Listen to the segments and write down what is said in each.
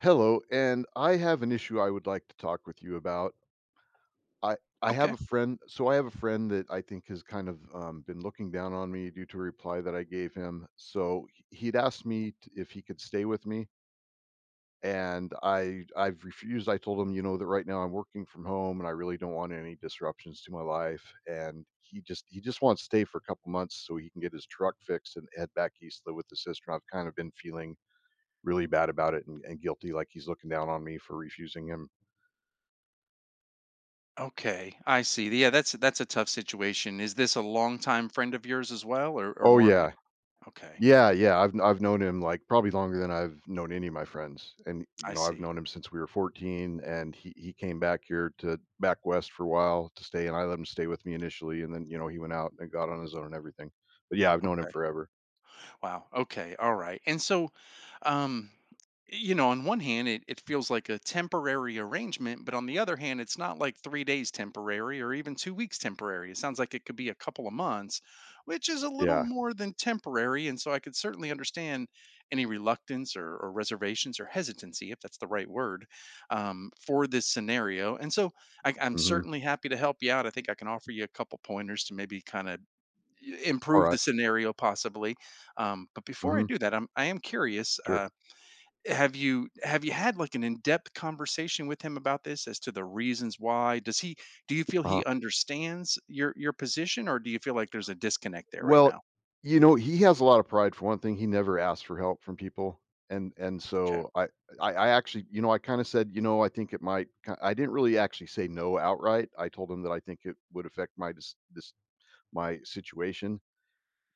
Hello, and I have an issue I would like to talk with you about. I I have Okay. a friend, that I think has kind of been looking down on me due to a reply that I gave him. So he'd asked me if he could stay with me, and I've refused. I told him, you know, that right now I'm working from home and I really don't want any disruptions to my life. And he just wants to stay for a couple months so he can get his truck fixed and head back east, live with his sister. I've kind of been feeling really bad about it, and guilty, like he's looking down on me for refusing him. Okay. I see. Yeah, that's a tough situation. Is this a longtime friend of yours as well, or Oh, more of an? yeah. Okay. Yeah, yeah, I've known him, like, probably longer than I've known any of my friends, and, you I know, I've see. known him since we were 14, and he came back here, to back west for a while to stay, and I let him stay with me initially, and then, you know, he went out and got on his own and everything. But, yeah, I've known him Okay. forever. Wow. Okay. All right. And so, um, on one hand, it feels like a temporary arrangement, but on the other hand, it's not like 3 days temporary or even 2 weeks temporary. It sounds like it could be a couple of months, which is a little Yeah. more than temporary. And so I could certainly understand any reluctance or reservations or hesitancy, if that's the right word, for this scenario. And so I'm Mhm. certainly happy to help you out. I think I can offer you a couple pointers to maybe kind of improve Alright. the scenario possibly. But before I Mhm. do that, I am curious. Sure. Have you had like an in-depth conversation with him about this as to the reasons why? Does he Do you feel Uh-huh. he understands your position, or do you feel like there's a disconnect there right Well, now? you know, he has a lot of pride, for one thing. He never asked for help from people, and Okay, so I I actually, you know, I kinda said, you know, I think it might ki I didn't really actually say no outright. I told him that I think it would affect my dis this my situation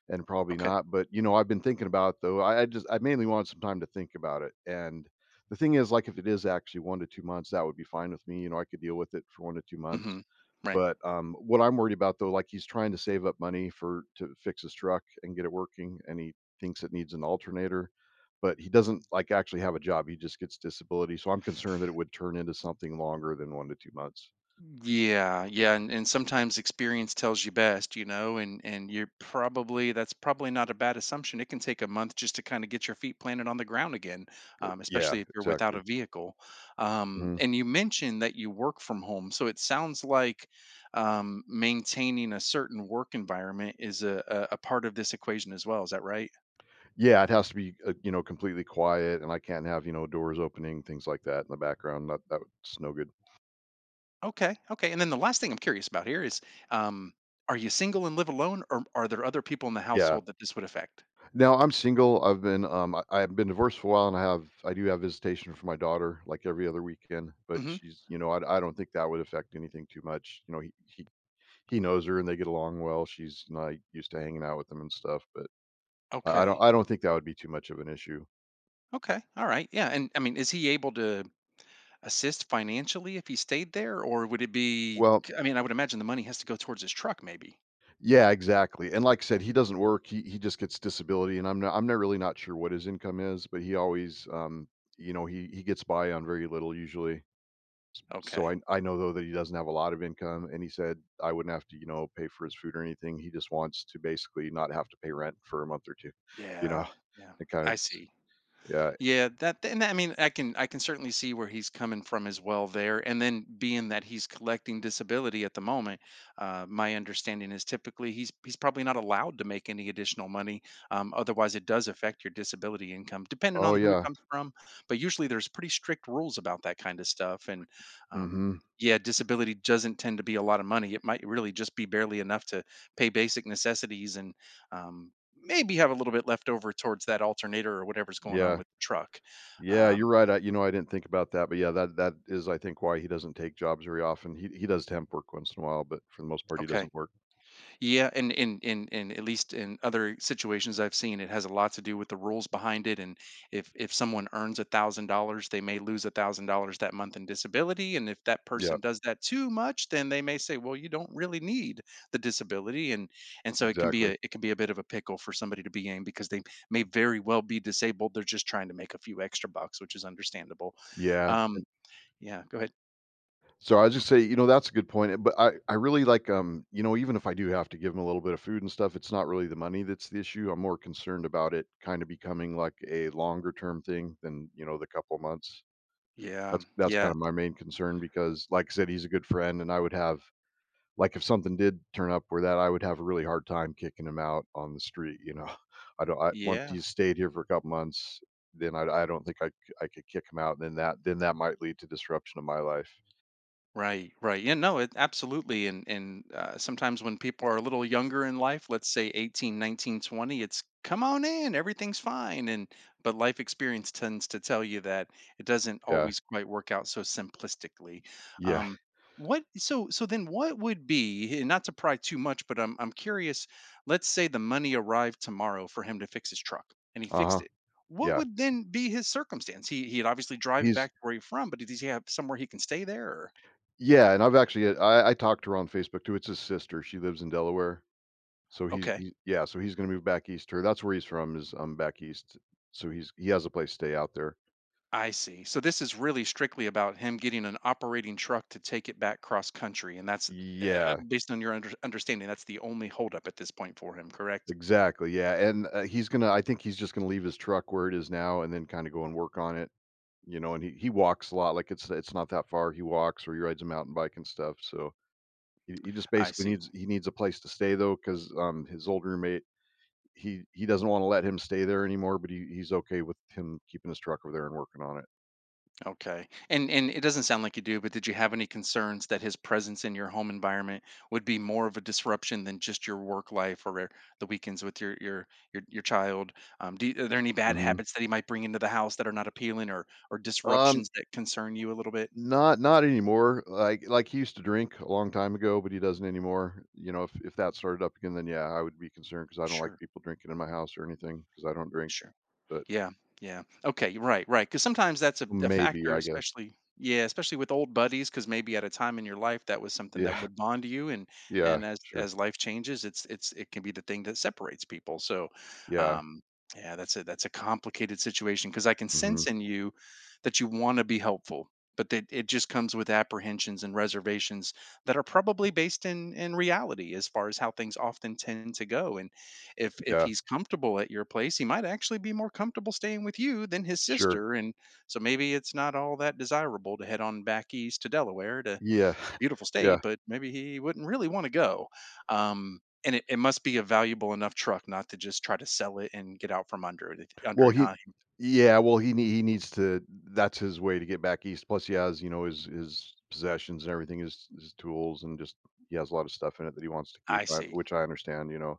and probably okay, not, but, you know, I've been thinking about it though. I just I mainly wanted some time to think about it, and the thing is, like, if it is actually one to two months, that would be fine with me. You know, I could deal with it for one to two months. hmm, right. But, what I'm worried about though, like, he's trying to save up money for to fix his truck and get it working, and he thinks it needs an alternator, but he doesn't like actually have a job. He just gets disability. So I'm concerned that it would turn into something longer than one to two months. Yeah, yeah, and sometimes experience tells you best, and you're probably that's probably not a bad assumption. It can take a month just to kind of get your feet planted on the ground again, But yeah, especially if you're without exactly. a vehicle. Mhm. And you mentioned that you work from home, so it sounds like maintaining a certain work environment is a part of this equation as well. Is that right? Yeah, it has to be, you know, completely quiet and I can't have, you know, doors opening, things like that in the background. That's no good. Okay, okay. And then the last thing I'm curious about here is, um, are you single and live alone, or are there other people in the Yeah. household that this would affect? Now I'm single. I've been divorced for a while and I do have visitation for my daughter like every other weekend, but Mm-hmm. she's, you know, I don't think that would affect anything too much. You know, he knows her and they get along well. She's not used to hanging out with him and stuff, but Okay. I don't think that would be too much of an issue. Okay. All right. Yeah. And I mean, is he able to assist financially if he stayed there, or would it be? Well, I mean, I would imagine the money has to go towards his truck, maybe. yeah, exactly. And like I said, he doesn't work. He just gets disability and I'm not really, not sure what his income is, but he always you know, he gets by on very little usually. So I Okay. I know though that he doesn't have a lot of income, and he said I wouldn't have to, you know, pay for his food or anything. He just wants to basically not have to pay rent for a month or two, you know? Yeah. Yeah. It kinda I see. yeah. Yeah, that and I mean, I can certainly see where he's coming from as well there. And then being that he's collecting disability at the moment, my understanding is typically he's probably not allowed to make any additional money. Otherwise, it does affect your disability income, depending Oh, on who it yeah. comes from. But usually, there's pretty strict rules about that kind of stuff. And um, Mhm. yeah, disability doesn't tend to be a lot of money. It might really just be barely enough to pay basic necessities and um, maybe have a little bit left over towards that alternator or whatever's going on Yeah. with the truck. Yeah, you're Um, right. I you know, I didn't think about that, but yeah, that that is, I think, why he doesn't take jobs very often. He does temp work once in a while, but for the most part, he okay. doesn't work. Yeah, and in at least in other situations I've seen, it has a lot to do with the rules behind it. And if someone earns $1,000, they may lose $1,000 that month in disability. And if that Yeah, person does that too much, then they may say, well, you don't really need the disability. And so it can be exactly. a it can be a bit of a pickle for somebody to be in because they may very well be disabled. They're just trying to make a few extra bucks, which is understandable. Yeah, Um, Yeah, go ahead. so I just say, you know, that's a good point. But I really, like, you know, even if I do have to give them a little bit of food and stuff, it's not really the money that's the issue. I'm more concerned about it kind of becoming like a longer term thing than, you know, the couple months. Yeah, That's kind yeah, of my main concern because, like I said, he's a good friend, and I would have, like, if something did turn up where that I would have a really hard time kicking him out on the street. You know, I don't. Once yeah. he's stayed here for a couple months, then I don't think I could kick him out. And then that might lead to disruption of my life. Right, right. Yeah, no, it absolutely. And sometimes when people are a little younger in life, let's say 18, 19, 20, it's come on in, everything's fine. And But life experience tends to tell you that it doesn't Yeah. always quite work out so simplistically. Yeah. Um, what so then what would be, and not to pry too much, but I'm curious, let's say the money arrived tomorrow for him to fix his truck and he fixed Uh-huh, it. What yeah, would then be his circumstance? He'd obviously drive he's back to where he's from, but does he have somewhere he can stay there? yeah, and I've actually I talked to her on Facebook too. It's his sister, she lives in Delaware, so he's Okay, he yeah, so he's gonna move back east to her. That's where he's from, is, back east, so he has a place to stay out there. I see. So this is really strictly about him getting an operating truck to take it back cross country, and that's Yeah, based on your understanding. That's the only holdup at this point for him, correct? exactly, yeah, and, he's gonna, I think he's just gonna leave his truck where it is now and then kinda go and work on it, you know, and he walks a lot. Like, it's not that far. He walks or he rides a mountain bike and stuff, so he just I basically see. needs he needs a place to stay though because his old roommate, he doesn't wanna let him stay there anymore, but he's okay with him keeping his truck over there and working on it. Okay, and it doesn't sound like you do, but did you have any concerns that his presence in your home environment would be more of a disruption than just your work life or the weekends with your child? Are there any bad Mhm. habits that he might bring into the house that are not appealing, or Um, disruptions that concern you a little bit? Not not anymore. Like, he used to drink a long time ago, but he doesn't anymore. You know, if that started up again, then yeah, I would be concerned because I don't like Sure, people drinking in my house or anything because I don't drink, sure. but Yeah, yeah. Okay, right, right. Because sometimes that's a maybe, factor, I guess. especially, yeah, especially with old buddies. Because maybe at a time in your life that was something that Yeah. would bond you, Yeah. and as Sure. Life changes, it's it can be the thing that separates people. So, Yeah. um, yeah, that's a complicated situation because I can Mhm. sense in you that you want to be helpful, but that it just comes with apprehensions and reservations that are probably based in reality as far as how things often tend to go. If Yeah. he's comfortable at your place, he might actually be more comfortable staying with you than his Sure. sister, and so maybe it's not all that desirable to head on back east to Delaware to Yeah. beautiful state, Yeah. but maybe he wouldn't really want to go. And it must be a valuable enough truck not to just try to sell it and get out from under it. Under Well, it, he huh? yeah, well, he needs to, that's his way to get back east, plus he has, you know, his possessions and everything, his tools, and just he has a lot of stuff in it that he wants to keep, I see. which I understand, you know?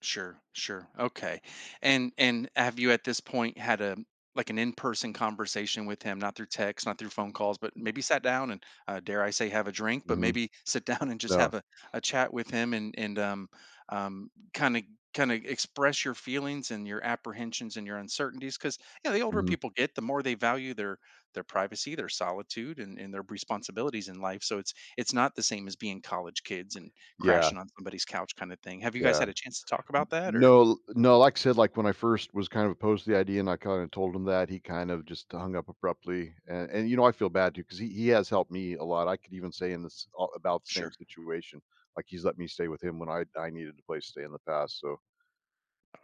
Sure, sure. Okay. And have you at this point had a like an in-person conversation with him, not through text, not through phone calls, but maybe sat down and dare I say have a drink, but Mhm. maybe sit down and just No. have a chat with him and kind of express your feelings and your apprehensions and your uncertainties because yeah, the older Mhm. people get, the more they value their privacy, their solitude and their responsibilities in life. So it's not the same as being college kids and Yeah, crashing on somebody's couch kind of thing. Have you guys yeah. had a chance to talk about that or? No, no, like I said, like, when I first was kind of opposed to the idea and I kinda told him that, he kind of just hung up abruptly, and, you know, I feel bad too because he has helped me a lot. I could even say in this a about the same Sure. situation, like, he's let me stay with him when I needed a place to stay in the past, so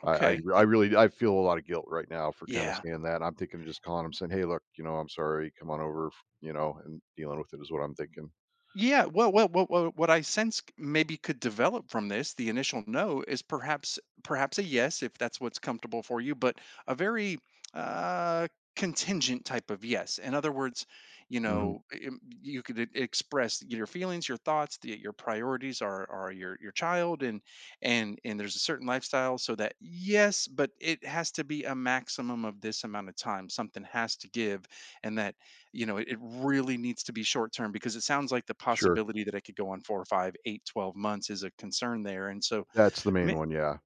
I I Okay. I really, I feel a lot of guilt right now for kinda Yeah. saying that. I'm thinking of just calling him saying, "Hey, look, you know, I'm sorry, come on over," f you know, and dealing with it is what I'm thinking. Yeah, well, what I sense maybe could develop from this, the initial no is perhaps a yes if that's what's comfortable for you, but a very uh contingent type of yes. In other words, Mhm. You could express your feelings, your thoughts, your priorities are your child and there's a certain lifestyle so that yes, but it has to be a maximum of this amount of time. Something has to give and that it really needs to be short term because it sounds like the Sure. possibility that it could go on 4, 5, 8, 12 months is a concern there. And so That's the main may- one, yeah.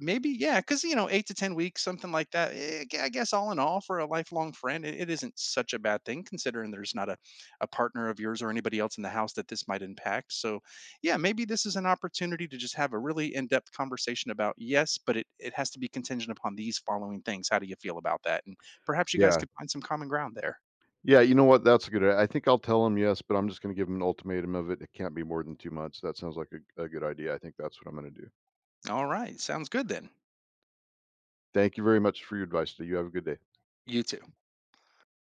maybe, yeah, because, you know, 8 to 10 weeks, something like that. I guess all in all, for a lifelong friend, it isn't such a bad thing considering there's not a partner of yours or anybody else in the house that this might impact. So, yeah, maybe this is an opportunity to just have a really in depth conversation about yes, but it has to be contingent upon these following things. How do you feel about that? And perhaps you guys Yeah. could find some common ground there. Yeah, you know what? That's a good, I think I'll tell him yes, but I'm just gonna give him an ultimatum of it. It can't be more than 2 months. That sounds like a good idea. I think that's what I'm gonna do. All right. Sounds good then. Thank you very much for your advice today. You have a good day. You too.